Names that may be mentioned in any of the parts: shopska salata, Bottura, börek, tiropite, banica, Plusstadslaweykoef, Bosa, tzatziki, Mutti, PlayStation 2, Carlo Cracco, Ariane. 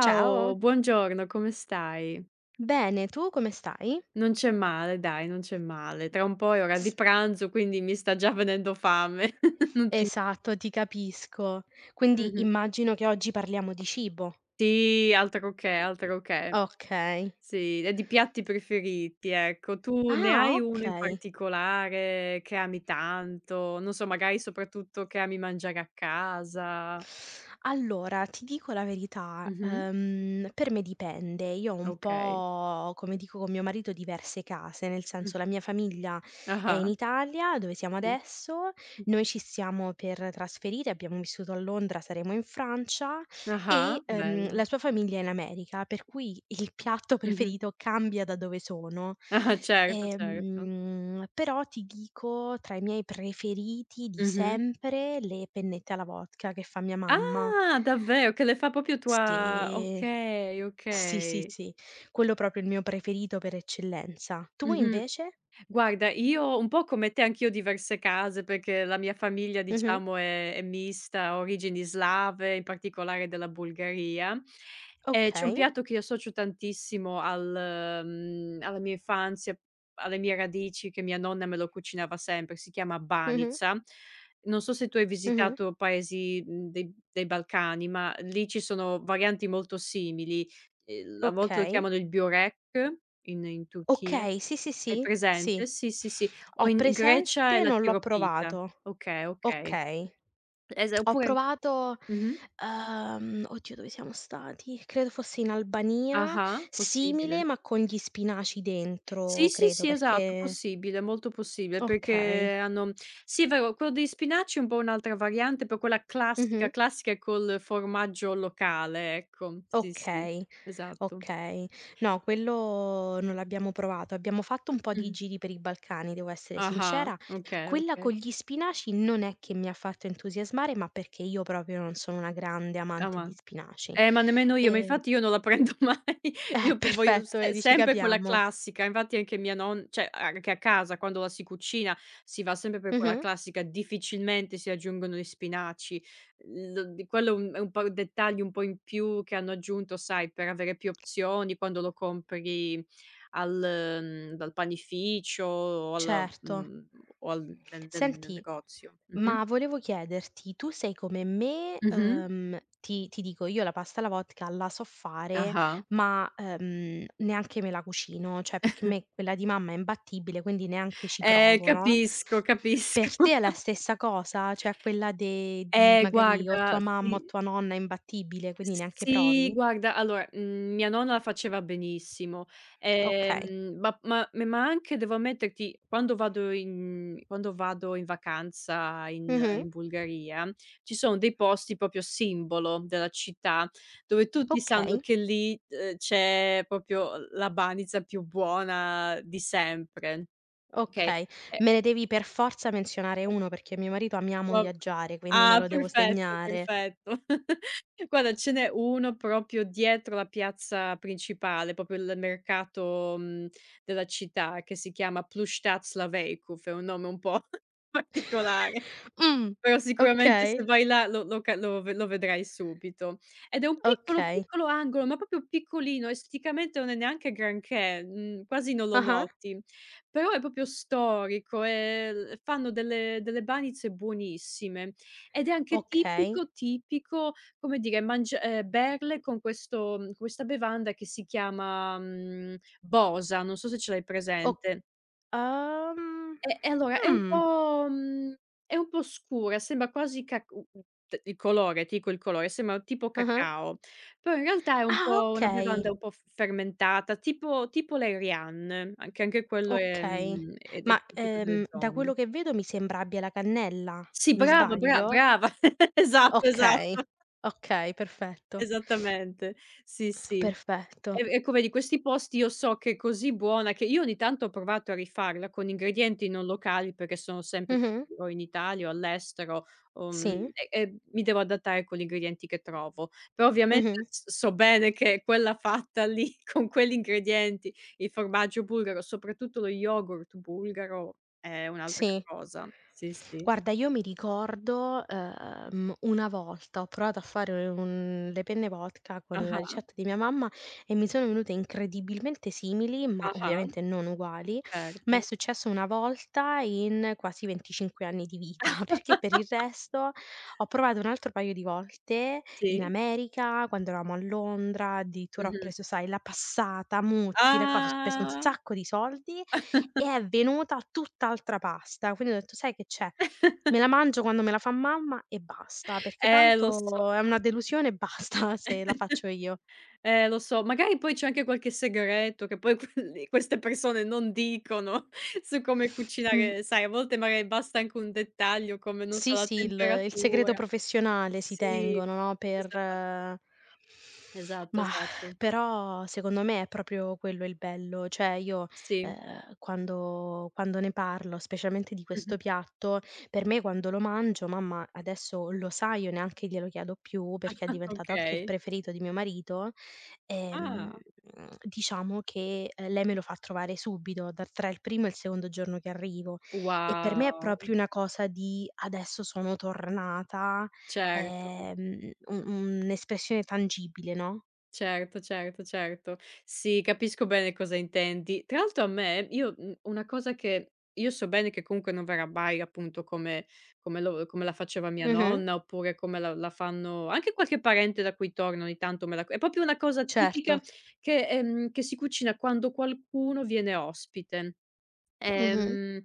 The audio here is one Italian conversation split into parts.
Ciao, buongiorno, come stai? bene, tu come stai? Non c'è male dai, non c'è male. Tra un po' è ora di S pranzo, quindi mi sta già venendo fame. Non ti Esatto, ti capisco. Quindi Mh-mh. immagino che oggi parliamo di cibo. Sì, altro che, altro che. Okay. Sì, e di piatti preferiti, ecco. Tu ne Ah, hai uno in okay. particolare che ami tanto? Non so, magari soprattutto che ami mangiare a casa? Allora, ti dico la verità, Mh-mh, per me dipende. Io ho un okay. po', come dico con mio marito, diverse case, nel Mh. senso la mia famiglia è in Ah-ah, Italia, dove siamo sì. adesso, Mh. noi ci stiamo per trasferire, abbiamo vissuto a Londra, saremo in Francia Ah-ah, e bello. la sua famiglia è in America, per cui il piatto Mh-mh. preferito cambia da dove sono. Ah-ah, certo, certo. Però ti dico, tra i miei preferiti di Mh-mh. sempre, le pennette alla vodka che fa mia mamma. Ah, davvero? Che le fa proprio tua Sì, Okay, sì, sì, okay. sì, quello proprio il mio preferito per eccellenza. Tu Mh-mh. invece? Guarda, io un po' come te anch'io ho diverse case, perché la mia famiglia Mh-mh. diciamo è mista, ha origini slave, in particolare della Bulgaria. E c'è un Okay. piatto che io associo tantissimo alla mia infanzia, alle mie radici, che mia nonna me lo cucinava sempre, si chiama Mh-mh. banica. Non so se tu hai Mh-mh. visitato paesi, dei Balcani, ma lì ci sono varianti molto simili. A volte lo Okay. chiamano il börek in Turchia. Okay, sì, sì, Hai sì, sì. presente? Sì, sì, sì. O Ho in Grecia è presente, la non l'ho tiropite. provato. Okay, okay. Okay. Esa Ho Oppure provato, mh-mh. Oddio, dove siamo stati? Credo fosse in Albania, Ah-ah, simile possibile. ma con gli spinaci Sì, dentro, sì, credo, sì, esatto, perché possibile, molto possibile, okay. perché hanno sì, è vero, quello degli spinaci è un po' un'altra variante, però quella classica, Mh-mh. classica è col formaggio locale, ecco. Sì, sì, Okay, esatto. okay. No, quello non l'abbiamo provato. Abbiamo fatto un po' di Mh-mh. giri per i Balcani, devo essere Ah-ah, sincera. okay, Quella okay. con gli spinaci non è che mi ha fatto entusiasmare, ma perché io proprio non sono una grande Ah, amante ma di spinaci. Ma nemmeno io, ma Ehm infatti io non la prendo mai. eh Io p Voglio Perfetto, se vedi ci sempre quella capiamo. classica, infatti anche mia non cioè anche a casa quando la si cucina si va sempre per quella Mh-mh. classica, difficilmente si aggiungono gli spinaci. L Di quello è un po' dettaglio un po' in più che hanno aggiunto, sai, per avere più opzioni quando lo compri al dal panificio o al Certo. mhmm, o al nel Senti, negozio. Mh-mh. ma volevo chiederti, tu sei come me, Mh-mh. Ti dico, io la pasta alla vodka la so fare, Ah-ah. ma, neanche me la cucino, cioè perché me quella di mamma è imbattibile, quindi neanche ci provo, no, Capisco, capisco. per te è la stessa cosa? Cioè quella de di magari o tua guarda, mamma o sì, tua nonna è imbattibile, quindi neanche sì provi? guarda allora, mia nonna la faceva benissimo, Okay. Ma anche devo ammetterti quando vado in vacanza in Mh-mh. in Bulgaria, ci sono dei posti proprio simbolo della città, dove tutti sanno Okay. che lì, c'è proprio la banizza più buona di sempre, okay? Okay, E me ne devi per forza menzionare 1 perché mio marito amiamo Va viaggiare, quindi me Ah, lo devo perfetto, segnare. perfetto. Guarda, ce n'è uno proprio dietro la piazza principale, proprio il mercato, della città che si chiama Plusstadslaweykoef, è un nome un po' particolare. Mh, Però sicuramente okay, se vai là lo lo ca lo ve lo vedrai subito. Ed è un piccolo, okay. piccolo angolo, ma proprio piccolino, esteticamente non è neanche granché, quasi non lo Ah-ah, noti, però è proprio storico e l fanno delle banizze buonissime. Ed è anche okay. tipico, tipico, come dire, mangia berle con questa bevanda che si chiama, Bosa, non so se ce l'hai O presente. uhm, E allora è un mh, po' è un po' scura, sembra quasi cac u u t il colore, ti dico il colore, sembra tipo ah-ah. cacao, però in realtà è un Ah, po' una okay, bevanda un po' f fermentata, tipo l'Erian, anche quello okay. Ed è Ma, tipico delle da zone. quello che vedo mi sembra abbia la cannella, Sì, mi brava, bra sbaglio? brava, esatto, Okay, esatto, okay, perfetto, esattamente. Sì, sì. perfetto. E come di questi posti io so che è così buona che io ogni tanto ho provato a rifarla con ingredienti non locali perché sono sempre Mh-mh, o in Italia o all'estero, sì, e mi devo adattare con gli ingredienti che trovo. Però ovviamente mh-mh, s so bene che quella fatta lì con quegli ingredienti, il formaggio bulgaro, soprattutto lo yogurt bulgaro è un'altra sì. cosa. Sì, sì. Guarda, io mi ricordo, una volta ho provato a fare un le penne vodka con la Ah-ah, ricetta di mia mamma, e mi sono venute incredibilmente simili, ma ah-ah, ovviamente non uguali. Ma è certo. successo una volta in quasi 25 anni di vita, perché per il resto ho provato un altro paio di volte in Sì. America, quando eravamo a Londra. Addirittura ho Mh-mh. preso, sai, la passata, Mutti, la cosa, ho speso un Ah! sacco di soldi e è venuta tutt'altra pasta, quindi ho detto: "Sai che c'è? Me la mangio quando me la fa mamma e basta, perché lo so. tanto è una delusione e basta se la faccio io". Lo so, magari poi c'è anche qualche segreto che poi quelli queste persone non dicono su come Mh. cucinare, sai, a volte magari basta anche un dettaglio come, non so, Sì, la sì, il segreto temperatura. professionale si Sì, tengono, no, per esatto, esatto, mah, esatto. però secondo me è proprio quello il bello. Cioè io, Sì. Quando ne parlo, specialmente di questo Mh-mh. piatto, per me quando lo mangio: "Mamma, adesso lo sa", io neanche glielo chiedo più perché è diventato anche il Okay. preferito di mio marito, ehm, Ah, diciamo che, lei me lo fa trovare subito, da tra il primo e il secondo giorno che arrivo. E per me è wow, proprio una cosa di: "Adesso sono tornata", certo. ehm, un un'espressione tangibile, no? Certo, certo, certo. Sì, capisco bene cosa intendi. Tra l'altro, a me io mhmm, una cosa che io so bene che comunque non verrà mai appunto come la faceva mia Mh-mh. nonna, oppure come la fanno anche qualche parente da cui torno ogni tanto me la è proprio una cosa Certo. tipica che si cucina quando qualcuno viene ospite. Mh-mh. Ehm,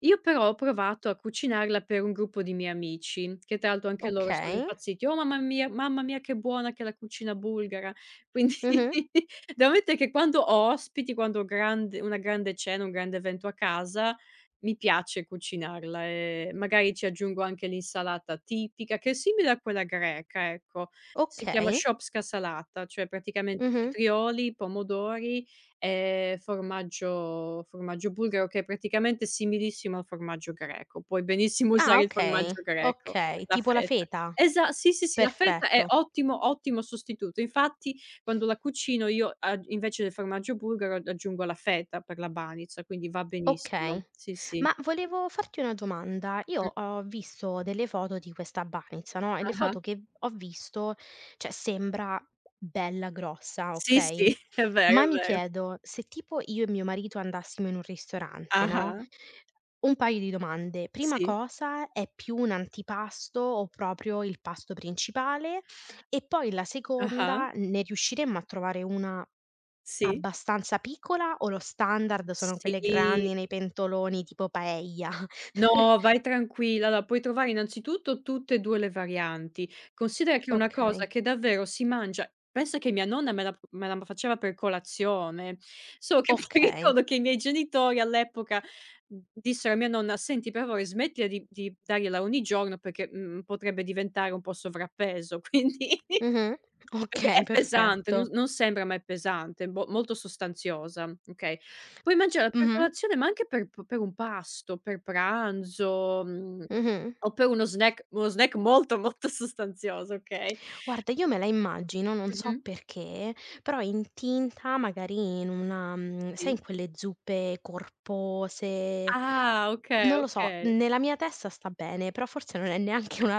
io però ho provato a cucinarla per un gruppo di miei amici, che tra l'altro anche loro sono Okay. impazziti: "Oh mamma mia che buona che è la cucina bulgara". Quindi Mh-mh. devo ammettere che quando ho ospiti, quando ho grande una grande cena, un grande evento a casa, mi piace cucinarla e magari ci aggiungo anche l'insalata tipica, che è simile a quella greca, ecco. Si chiama Okay. shopska salata, cioè praticamente Mh-mh. cetrioli, pomodori. Formaggio bulgaro che è praticamente similissimo al formaggio greco. Puoi benissimo Ah, usare il okay. formaggio greco, Okay, la tipo la feta. feta? Esa Sì, sì, sì, la feta è Perfetto. ottimo, ottimo sostituto. Infatti quando la cucino io agg invece del formaggio bulgaro aggiungo la feta per la banitsa, quindi va benissimo. Okay. Sì, sì. Ma volevo farti una domanda. Io Mh. ho visto delle foto di questa banizza, no, e le Ah-ah. foto che ho visto, cioè sembra bella grossa, Sì, okay, sì, è ma vero, è mi vero. chiedo, se tipo io e mio marito andassimo in un ristorante, no, Ah-ah. un paio di domande: prima Sì. cosa, è più un antipasto o proprio il pasto principale? E poi la Ah-ah. seconda, ne riusciremmo a trovare una Sì. abbastanza piccola, o lo standard sono quelle Sì. grandi nei pentoloni tipo paella? No, vai tranquilla. Allora, puoi trovare innanzitutto tutte e 2 le varianti. Considera che è una cosa Okay, che davvero si mangia, pensa che mia nonna me la faceva per colazione, solo che poi okay. ricordo che i miei genitori all'epoca, dissero a mia nonna: "Senti per favore smettila di dargliela ogni giorno perché, potrebbe diventare un po' sovrappeso." Quindi Mh-mh. perché Okay, è pesante, perfetto. non sembra, ma è pesante, bo molto sostanziosa, okay. Puoi mangiarla per Mh-mh. colazione, ma anche per p per un pasto, per pranzo, Mh-mh. o per uno snack molto, molto sostanzioso, okay. Guarda, io me la immagino, non Mh-mh, so perché, però intinta magari in una sai, sì. in quelle zuppe corpose, Ah, okay, non lo so, okay. nella mia testa sta bene, però forse non è neanche una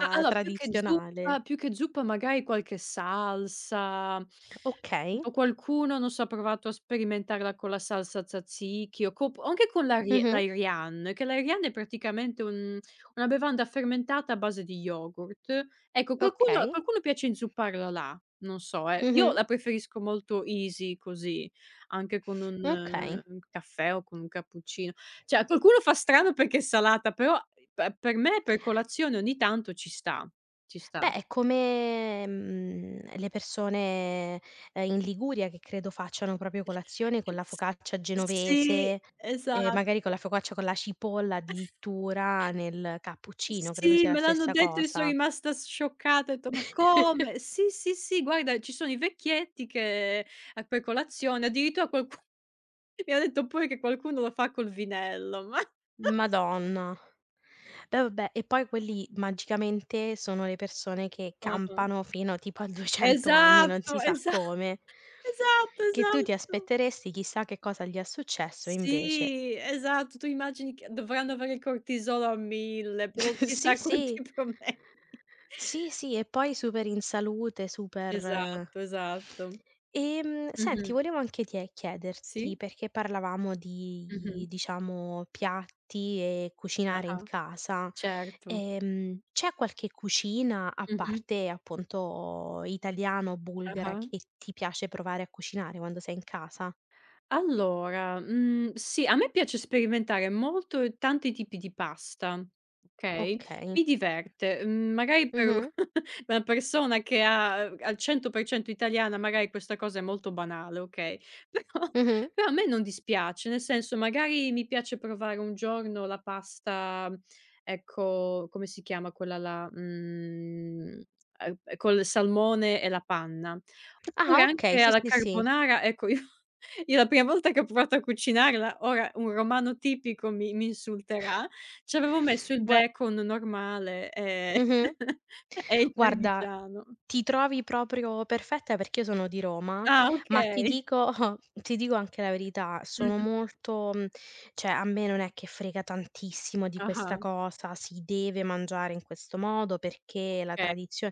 A Allora tradizionale. Più che zuppa magari qualche salsa, Okay. tipo qualcuno, non so, ha provato a sperimentarla con la salsa tzatziki o co o anche con Mh-mh. l'Ariane, che l'Ariane è praticamente un una bevanda fermentata a base di yogurt. Ecco qualcuno, a Okay. qualcuno piace inzupparla là, non so. Io Mh-mh. la preferisco molto easy così, anche con un Okay. eh, un caffè o con un cappuccino. Cioè a qualcuno fa strano perché è salata, però Pe per me per colazione ogni tanto ci sta, ci sta. Beh, è come, le persone, in Liguria, che credo facciano proprio colazione con la focaccia S sì, genovese, esa magari con la focaccia con la cipolla addirittura nel cappuccino, credo Sì, sia la me l'hanno stessa detto e son cosa. rimasta scioccata, ho detto: "Ma come?" Sì, sì, sì, guarda ci sono i vecchietti che, per colazione addirittura qualcu mi ha detto pure che qualcuno lo fa col vinello, ma. Madonna. Beh, vabbè, e poi quelli magicamente sono le persone che Ah-ah. campano fino tipo a 200 anni, non si Esatto, sa esa come. esatto, Che tu ti esatto. aspetteresti chissà che cosa gli è successo, e invece Sì, esatto, tu immagini che dovranno avere cortisolo a 1000, pro sì, chissà sì. quanti problemi. Sì, sì, e poi super in salute, super Esatto, esatto. Senti, Mh-mh. volevo anche tie chiederti, Sì, perché parlavamo di, mh-mh. diciamo, piatti e cucinare in Ah-ah, casa, certo. C'è qualche cucina, a Mh-mh. parte appunto italiana o bulgara, Ah-ah. che ti piace provare a cucinare quando sei in casa? Allora, sì, a me piace sperimentare molto e tanti tipi di pasta, okay, Okay. mi diverte. Mhmm, magari per Mh-mh. una persona che ha al 100% italiana magari questa cosa è molto banale, okay, però Mh-mh. A me non dispiace, nel senso magari mi piace provare un giorno la pasta, ecco, come si chiama quella là, col salmone e la panna, oppure Ah, okay, anche sì, alla sì, sì. carbonara, ecco io la prima volta che ho provato a cucinarla, ora un romano tipico mi insulterà, ci avevo messo il Gua bacon normale, mh-mh. e il Guarda, parmigiano. ti trovi proprio perfetta perché io sono di Roma, Ah, ma ti okay. dico ti dico anche la verità. Sono Mh-mh. molto cioè a me non è che frega tantissimo di questa Ah-ah, cosa, si deve mangiare in questo modo perché la okay.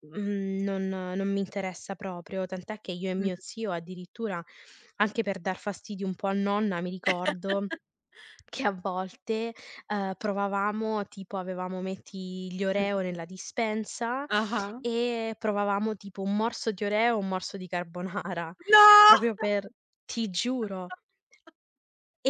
mhmm, non non mi interessa proprio, tant'è che io e mio Mh-mh, zio, addirittura anche per dar fastidio un po' a nonna, mi ricordo che a volte, provavamo, tipo avevamo, metti, gli Oreo mh-mh. nella dispensa, Ah-ah. e provavamo tipo un morso di Oreo, un morso di carbonara, No! proprio per ti giuro,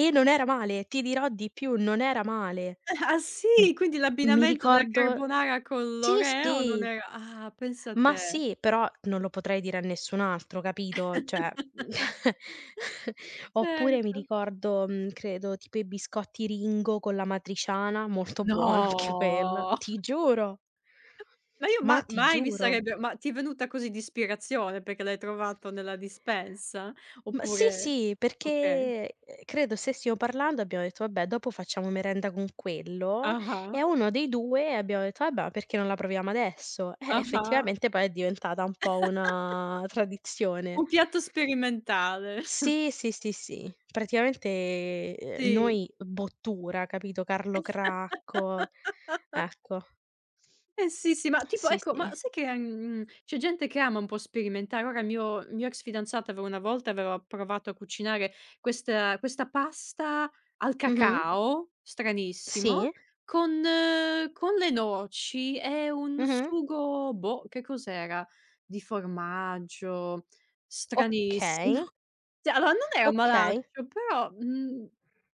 e non era male, ti dirò di più, non era male. Ah M sì, quindi mi l'abbinamento della ricordo, carbonara con sì, l'oreo non sì. era, ah, pensa Ma te. sì, però non lo potrei dire a nessun altro, capito? Cioè oppure mi Certo. ricordo, credo tipo i biscotti Ringo con la matriciana, molto buona anche quella, No! ti giuro. Ma io Ma ma ti mai mi giuro. sarebbe ma ti è venuta così di ispirazione perché l'hai trovato nella dispensa? Ma sì, Oppure sì, okay. perché, credo stessimo parlando, abbiamo detto: "Vabbè, dopo facciamo merenda con quello", e Ah-ah, a uno dei 2 abbiamo detto: "Vabbè, ma perché non la proviamo adesso?" Ah-ah. effettivamente poi è diventata un po' una tradizione. Un piatto sperimentale. Sì, sì, sì, sì. Praticamente, Sì. noi Bottura, capito, Carlo Cracco, ecco. Eh sì, sì, ma tipo Sì, ecco, sì. ma sai che, c'è gente che ama un po' sperimentare. Ora mio ex fidanzato aveva una volta aveva provato a cucinare questa pasta al Mh-mh. cacao, stranissimo, Sì. con le noci e un Mh-mh. sugo, boh, che cos'era? Di formaggio, stranissimo. Okay, Cioè allora non era okay. malaccio, però,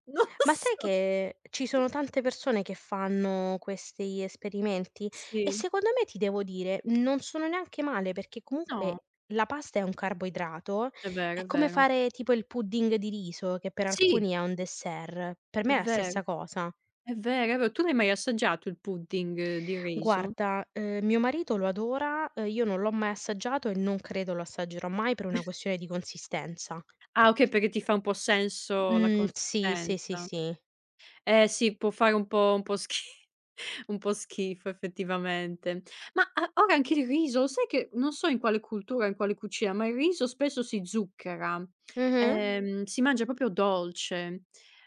non lo Ma sai so. che ci sono tante persone che fanno questi esperimenti? E Sì, secondo me, ti devo dire, non sono neanche male, perché no, comunque la pasta è un carboidrato, è vero, è è come vero. fare tipo il pudding di riso, che per Sì, alcuni è un dessert. Per è me è la vero. stessa cosa. È vero, è vero. Tu l'hai mai assaggiato il pudding di riso? Guarda, mio marito lo adora, io non l'ho mai assaggiato e non credo lo assaggerò mai per una questione di consistenza. Ah okay, perché ti fa un po' senso la Mhmm, sì, sì, sì, consistenza. sì. Eh sì, può fare un po', un po' schi un po' schifo effettivamente. Ma a ora anche il riso, sai che non so in quale cultura, in quale cucina, ma il riso spesso si zucchera, Mh-mh. Si mangia proprio dolce.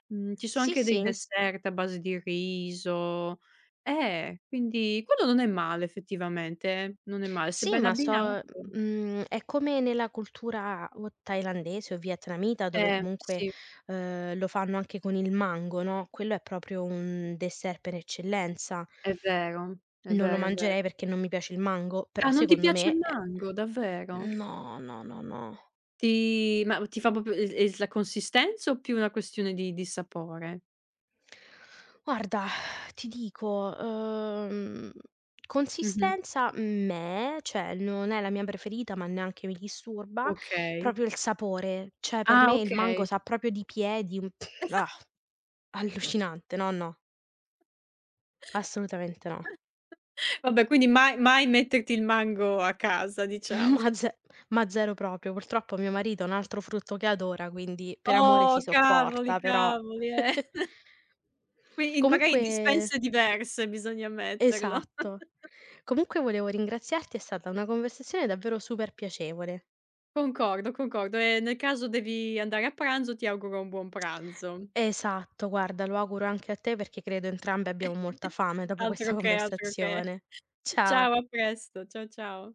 Ci sono Sì, anche dei sì. dessert a base di riso. Quindi quello non è male effettivamente, non è male, se Sì, ben abbinato. È come nella cultura o thailandese o vietnamita, dove comunque, Sì, lo fanno anche con il mango, no, quello è proprio un dessert per eccellenza. è vero, è Non lo vero, è vero. mangerei perché non mi piace il mango, però Ah, non ti secondo piace me il è mango, davvero? no, no, no, no. Ti ma ti fa proprio es es la consistenza o più una questione di sapore? Guarda, ti dico, Mh-mh. consistenza meh, cioè non è la mia preferita, ma neanche mi disturba, Okay. proprio il sapore, cioè per Ah, me il mango okay. sa proprio di piedi, un ah, allucinante, no, no, assolutamente no. Vabbè, quindi mai mai metterti il mango a casa, diciamo. Ma ze ma zero proprio. Purtroppo mio marito è un altro frutto che adora, quindi per amore si Oh, cavoli, sopporta, però cavoli, eh. Qui in magari in Comunque dispense diverse bisogna metterlo. esatto. Comunque volevo ringraziarti, è stata una conversazione davvero super piacevole. Concordo, concordo e nel caso devi andare a pranzo, ti auguro un buon pranzo. Esatto, guarda, lo auguro anche a te perché credo entrambe abbiamo molta fame dopo questa Altro che, altro che. conversazione. Ciao. Ciao, a presto. Ciao, ciao.